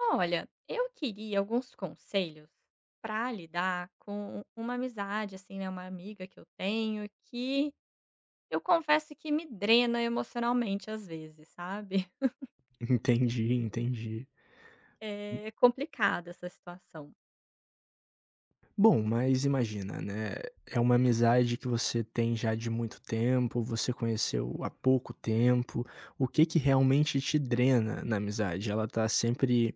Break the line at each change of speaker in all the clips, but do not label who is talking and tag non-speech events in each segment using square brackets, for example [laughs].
Olha, eu queria alguns conselhos para lidar com uma amizade, assim, né, uma amiga que eu tenho que eu confesso que me drena emocionalmente às vezes, sabe. [laughs]
Entendi, entendi.
É complicada essa situação.
Bom, mas imagina, né, é uma amizade que você tem já de muito tempo, você conheceu há pouco tempo, o que que realmente te drena na amizade? Ela tá sempre,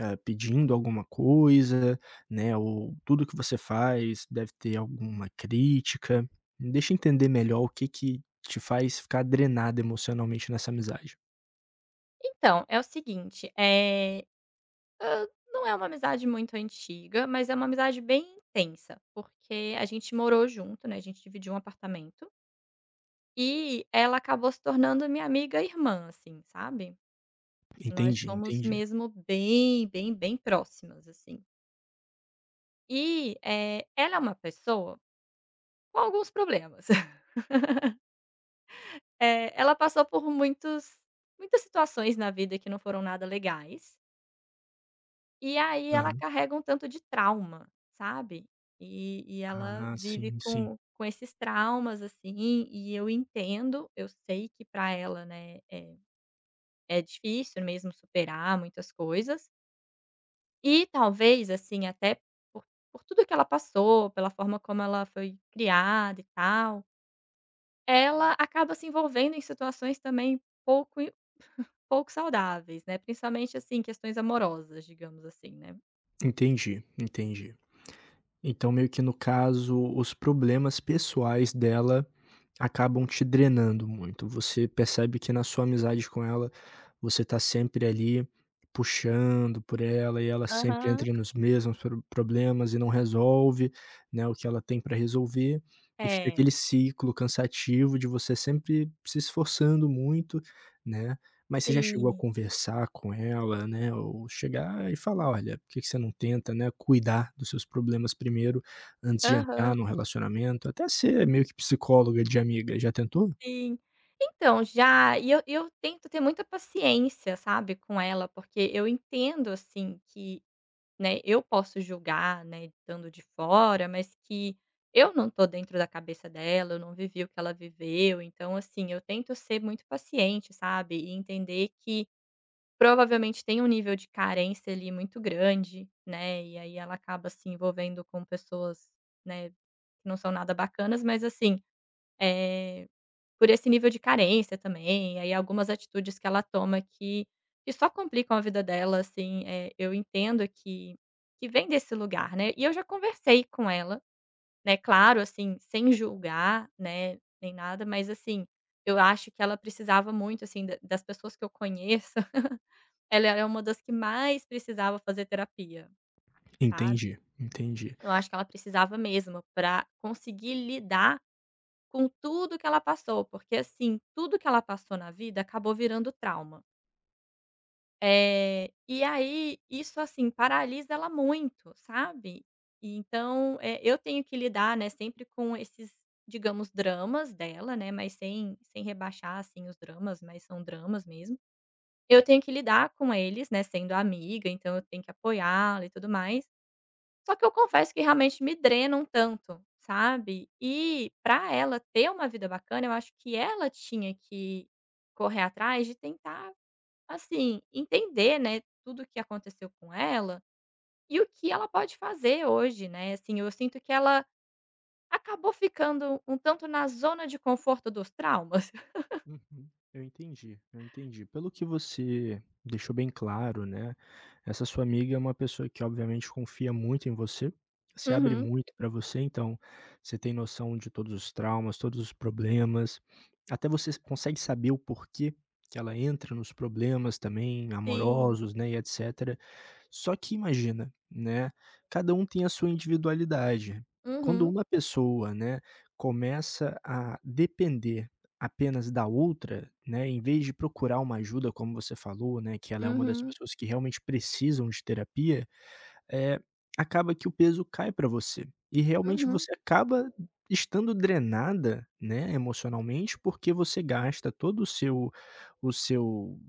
pedindo alguma coisa, né, ou tudo que você faz deve ter alguma crítica? Me deixa entender melhor o que que te faz ficar drenado emocionalmente nessa amizade.
Então, é o seguinte, não é uma amizade muito antiga, mas é uma amizade bem intensa, porque a gente morou junto, né, a gente dividiu um apartamento, e ela acabou se tornando minha amiga irmã, assim, sabe. Nós
Entendi,
somos
entendi.
mesmo bem, bem, bem próximas, assim. E, ela é uma pessoa com alguns problemas. [laughs] Ela passou por muitos muitas situações na vida que não foram nada legais, e aí ela
Aham.
carrega um tanto de trauma, sabe. E ela
Ah,
vive
sim, sim.
com esses traumas, assim, e eu entendo, eu sei que para ela, né, é difícil mesmo superar muitas coisas. E talvez, assim, até por por tudo que ela passou, pela forma como ela foi criada e tal, ela acaba se envolvendo em situações também pouco pouco saudáveis, né, principalmente, assim, questões amorosas, digamos assim, né.
Entendi, entendi. Então, meio que no caso, os problemas pessoais dela acabam te drenando muito. Você percebe que na sua amizade com ela, você tá sempre ali puxando por ela e ela sempre
Aham.
entra nos mesmos problemas e não resolve, né, o que ela tem para resolver, e fica
É,
aquele ciclo cansativo de você sempre se esforçando muito, né, mas você já chegou a
sim.
conversar com ela, né, ou chegar e falar: "Olha, por que que você não tenta, né, cuidar dos seus problemas primeiro, antes de entrar
Aham.
num relacionamento?" Até ser meio que psicóloga de amiga, já tentou?
Sim. Então, já e eu tento ter muita paciência, sabe, com ela, porque eu entendo, assim, que né, eu posso julgar, né, estando de fora, mas que eu não tô dentro da cabeça dela, eu não vivi o que ela viveu, então assim, eu tento ser muito paciente, sabe, e entender que provavelmente tem um nível de carência ali muito grande, né, e aí ela acaba se envolvendo com pessoas, né, que não são nada bacanas, mas assim, eh por esse nível de carência também, e aí algumas atitudes que ela toma que só complicam a vida dela, assim, eu entendo que vem desse lugar, né. E eu já conversei com ela, né, claro, assim, sem julgar, né, nem nada, mas assim, eu acho que ela precisava muito, assim, da das pessoas que eu conheço, [laughs] ela é uma das que mais precisava fazer terapia, sabe.
Entendi, entendi.
Eu acho que ela precisava mesmo para conseguir lidar com tudo que ela passou, porque assim, tudo que ela passou na vida acabou virando trauma. E aí isso, assim, paralisa ela muito, sabe. E então, eu tenho que lidar, né, sempre com esses, digamos, dramas dela, né, mas sem rebaixar, assim, os dramas, mas são dramas mesmo. Eu tenho que lidar com eles, né, sendo amiga, então eu tenho que apoiá-la e tudo mais. Só que eu confesso que realmente me drena um tanto, sabe. E para ela ter uma vida bacana, eu acho que ela tinha que correr atrás de tentar, assim, entender, né, tudo o que aconteceu com ela e o que ela pode fazer hoje, né. Assim, eu sinto que ela acabou ficando um tanto na zona de conforto dos traumas. [laughs]
Uhum. Eu entendi, eu entendi. Pelo que você deixou bem claro, né, essa sua amiga é uma pessoa que obviamente confia muito em você, se abre
Uhum,
muito para você, então você tem noção de todos os traumas, todos os problemas, até você consegue saber o porquê que ela entra nos problemas também
sim.
amorosos, né, e etcétera. Só que imagina, né, cada um tem a sua individualidade. Quando
Uhum,
uma pessoa, né, começa a depender apenas da outra, né, em vez de procurar uma ajuda, como você falou, né, que ela é uma das
uhum,
pessoas que realmente precisam de terapia, é acaba que o peso cai para você. E realmente
uhum,
você acaba estando drenada, né, emocionalmente, porque você gasta todo o seu,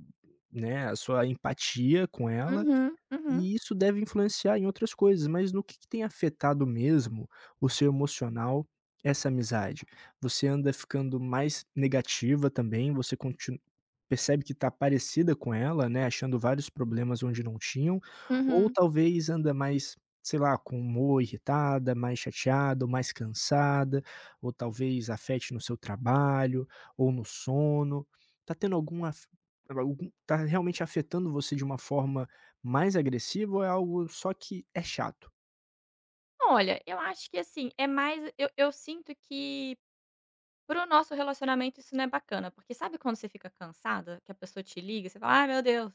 né, a sua empatia com ela
uhum, uhum,
e isso deve influenciar em outras coisas, mas no que tem afetado mesmo o seu emocional, essa amizade? Você anda ficando mais negativa também? Você continua. Percebe que está parecida com ela, né, achando vários problemas onde não tinham, ou
uhum.
talvez anda mais, sei lá, com o humor irritada, mais chateada ou mais cansada, ou talvez afete no seu trabalho ou no sono. Está tendo alguma, af algum tá realmente afetando você de uma forma mais agressiva ou é algo só que é chato?
Olha, eu acho que, assim, é mais eu sinto que para o nosso relacionamento isso não é bacana, porque sabe quando você fica cansada, que a pessoa te liga e você fala: "Ai meu Deus".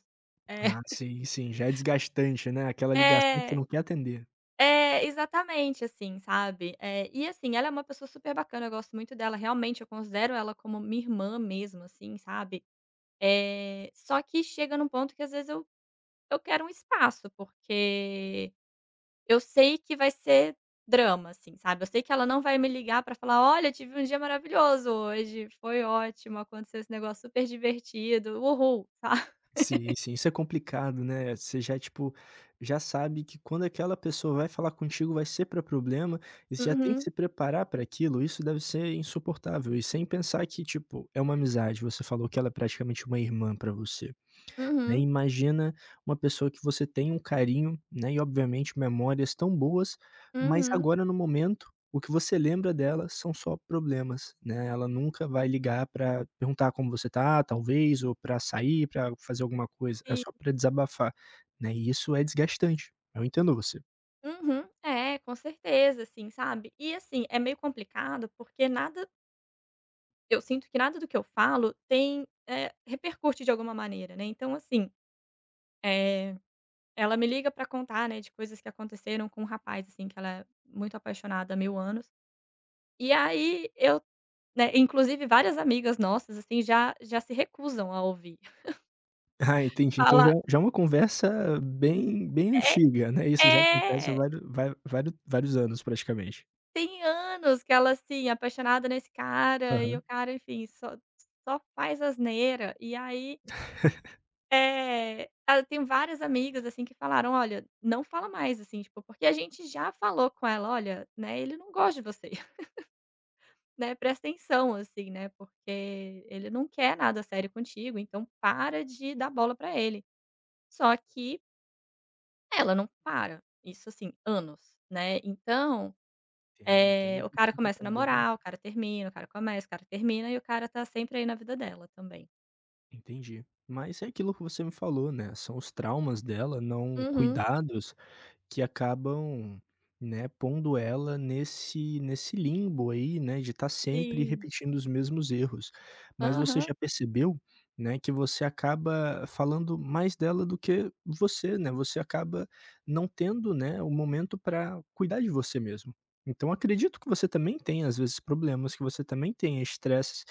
É.
Ah, sim, sim, já é desgastante, né, aquela ligação que você
É,
não quer atender.
é, exatamente assim, sabe. E assim, ela é uma pessoa super bacana, eu gosto muito dela, realmente eu considero ela como minha irmã mesmo, assim, sabe. É, só que chega num ponto que às vezes eu quero um espaço, porque eu sei que vai ser drama, assim, sabe. Eu sei que ela não vai me ligar pra falar: "Olha, tive um dia maravilhoso hoje, foi ótimo, aconteceu esse negócio super divertido, uhul", [laughs] sabe.
Sim, sim, isso é complicado, né? Você já, tipo, já sabe que quando aquela pessoa vai falar contigo vai ser para problema e você já tem que
Uhum,
se preparar para aquilo, isso deve ser insuportável. E sem pensar que, tipo, é uma amizade, você falou que ela é praticamente uma irmã para você, né,
uhum,
imagina uma pessoa que você tem um carinho, né, e obviamente memórias tão boas, mas
uhum,
agora no momento, o que você lembra dela são só problemas, né, ela nunca vai ligar para perguntar como você tá, talvez, ou para sair, para fazer alguma coisa, é só
sim.
para desabafar, né, e isso é desgastante, eu entendo você. [laughs]
Uhum. É, com certeza, assim, sabe. E, assim, é meio complicado, porque nada eu sinto que nada do que eu falo tem, repercute de alguma maneira, né. Então, assim, eh, ela me liga pra contar, né, de coisas que aconteceram com um rapaz, assim, que ela é muito apaixonada há mil anos. E aí eu, né, inclusive várias amigas nossas, assim, já se recusam a ouvir.
Ah,
[laughs]
entendi, então
Fala
já é uma conversa bem
é
antiga, né, isso já acontece há
é,
vários vai vário vários anos praticamente.
tem anos que ela, assim, apaixonada nesse cara e
Aham.
o cara, enfim, só faz asneira. E aí, eu várias amigas, assim, que falaram: "Olha, não fala mais", assim, tipo, porque a gente já falou com ela: "Olha, né, ele não gosta de você, [laughs] né, presta atenção, assim, né, porque ele não quer nada sério contigo, então para de dar bola pra ele". Só que ela não para, isso assim, anos, né. Então,
Entendo, entendo e
o
por
cara
conta
começa a
também.
namorar, o cara termina, o cara começa, o cara termina e o cara tá sempre aí na vida dela também.
Entendi. Mas é aquilo que você me falou, né, são os traumas dela, não
Uhum.
cuidados, que acabam, né, pondo ela nesse limbo aí, né, de estar sempre
Sim.
repetindo os mesmos erros. Mas você
Aham,
já percebeu, né, que você acaba falando mais dela do que você, né, você acaba não tendo, né, o momento para cuidar de você mesmo. Então acredito que você também tem às vezes, problemas, que você também tem estresses,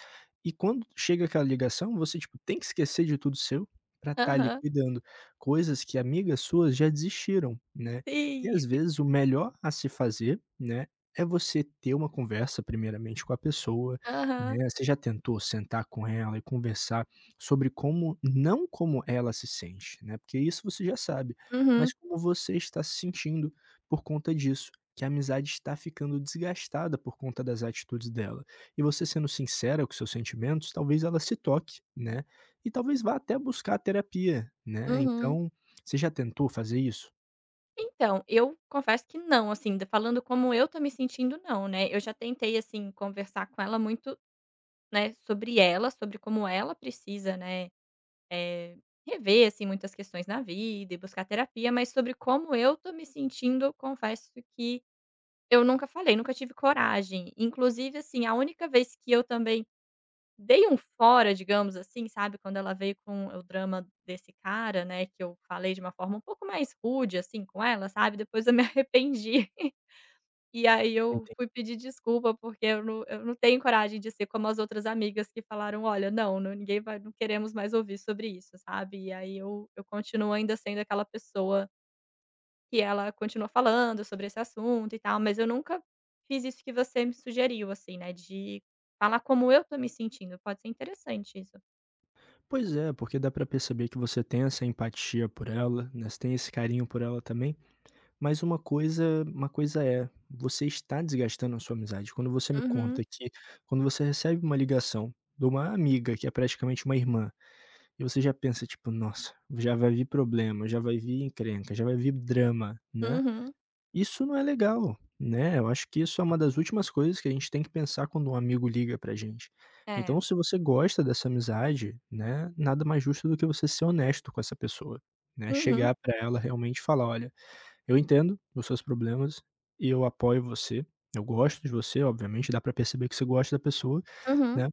e quando chega aquela ligação, você, tipo, tem que esquecer de tudo seu para estar ali
aham.
cuidando, coisas que amigas suas já desistiram, né. E
Sim.
às vezes o melhor a se fazer, né, é você ter uma conversa primeiramente com a pessoa,
Aham.
né. Você já tentou sentar com ela e conversar sobre como como ela se sente, né, porque isso você já sabe,
Uhum,
mas como você está se sentindo por conta disso, que a amizade está ficando desgastada por conta das atitudes dela. E você sendo sincera com seus sentimentos, talvez ela se toque, né, e talvez vá até buscar terapia, né.
uhum.
Então, você já tentou fazer isso?
Então, eu confesso que não, assim, d falando como eu tô me sentindo, não, né. Eu já tentei, assim, conversar com ela muito, né, sobre ela, sobre como ela precisa, né, eh, rever, assim, muitas questões na vida e buscar terapia, mas sobre como eu tô me sentindo, eu confesso que eu nunca falei, nunca tive coragem. Inclusive, assim, a única vez que eu também dei um fora, digamos assim, sabe, quando ela veio com o drama desse cara, né, que eu falei de uma forma um pouco mais rude, assim, com ela, sabe, depois eu me [laughs] arrependi. E aí eu fui pedir desculpa, porque eu não tenho coragem de ser como as outras amigas que falaram: "Olha, não, não, ninguém vai, não queremos mais ouvir sobre isso", sabe. E aí eu continuo ainda sendo aquela pessoa que ela continua falando sobre esse assunto e tal, mas eu nunca fiz isso que você me sugeriu, assim, né, de falar como eu tô me sentindo, pode ser interessante isso.
Pois é, porque dá pra perceber que você tem essa empatia por ela, né, você tem esse carinho por ela também, mas uma coisa é, você está desgastando a sua amizade. Quando você me conta
Uhum,
que quando você recebe uma ligação de uma amiga que é praticamente uma irmã, e você já pensa tipo: "Nossa, já vai vir problema, já vai vir encrenca, já vai vir drama", né.
uhum.
Isso não é legal, né, eu acho que isso é uma das últimas coisas que a gente tem que pensar quando um amigo liga pra gente.
É.
Então se você gosta dessa amizade, né, nada mais justo do que você ser honesto com essa pessoa, né,
Uhum,
chegar pra ela realmente e falar: "Olha, eu entendo os seus problemas e eu apoio você. Eu gosto de você", obviamente, dá pra perceber que você gosta da pessoa,
uhum,
né.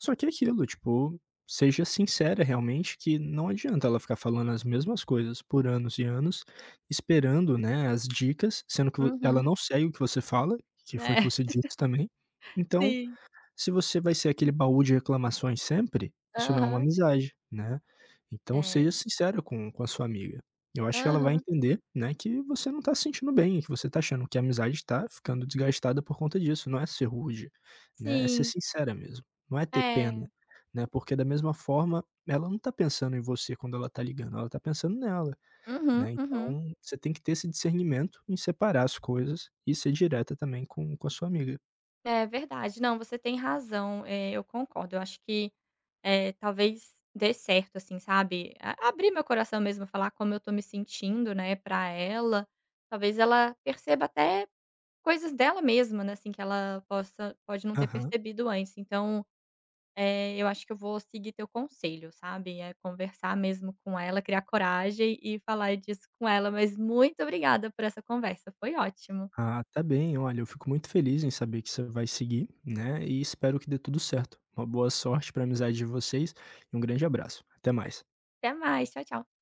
Só que é aquilo, tipo, seja sincera realmente, que não adianta ela ficar falando as mesmas coisas por anos e anos, esperando, né, as dicas, sendo que vo ela
uhum.
não segue o que você fala, que foi o que
É,
você disse também.
[laughs]
Então,
sim.
se você vai ser aquele baú de reclamações sempre, isso não é uma
Aham.
amizade, né. Então
É.
seja sincero com a sua amiga. Eu acho que ela vai
Aham.
entender, né, que você não tá se sentindo bem, que você tá achando que a amizade tá ficando desgastada por conta disso, não é ser rude, né, é ser
Sim,
sincera mesmo, não é ter pena,
é.
né, porque da mesma forma ela não tá pensando em você quando ela tá ligando, ela tá pensando nela,
Uhum,
né,
uhum.
então você tem que ter esse discernimento em separar as coisas e ser direta também com a sua amiga.
É verdade. Não, você tem razão, eu concordo. Eu acho que, talvez dê certo, assim, sabe, a abrir meu coração mesmo, falar como eu tô me sentindo, né, pra ela. Talvez ela perceba até coisas dela mesma, né, assim, que ela possa pode não ter
Aham.
percebido antes. Então, eu acho que eu vou seguir teu conselho, sabe, é conversar mesmo com ela, criar coragem e falar disso com ela. Mas muito obrigada por essa conversa, foi ótimo.
Ah, tá bem. Olha, eu fico muito feliz em saber que você vai seguir, né? E espero que dê tudo certo. Uma boa sorte para a amizade de vocês e um grande abraço. Até mais.
Até mais, tchau, tchau.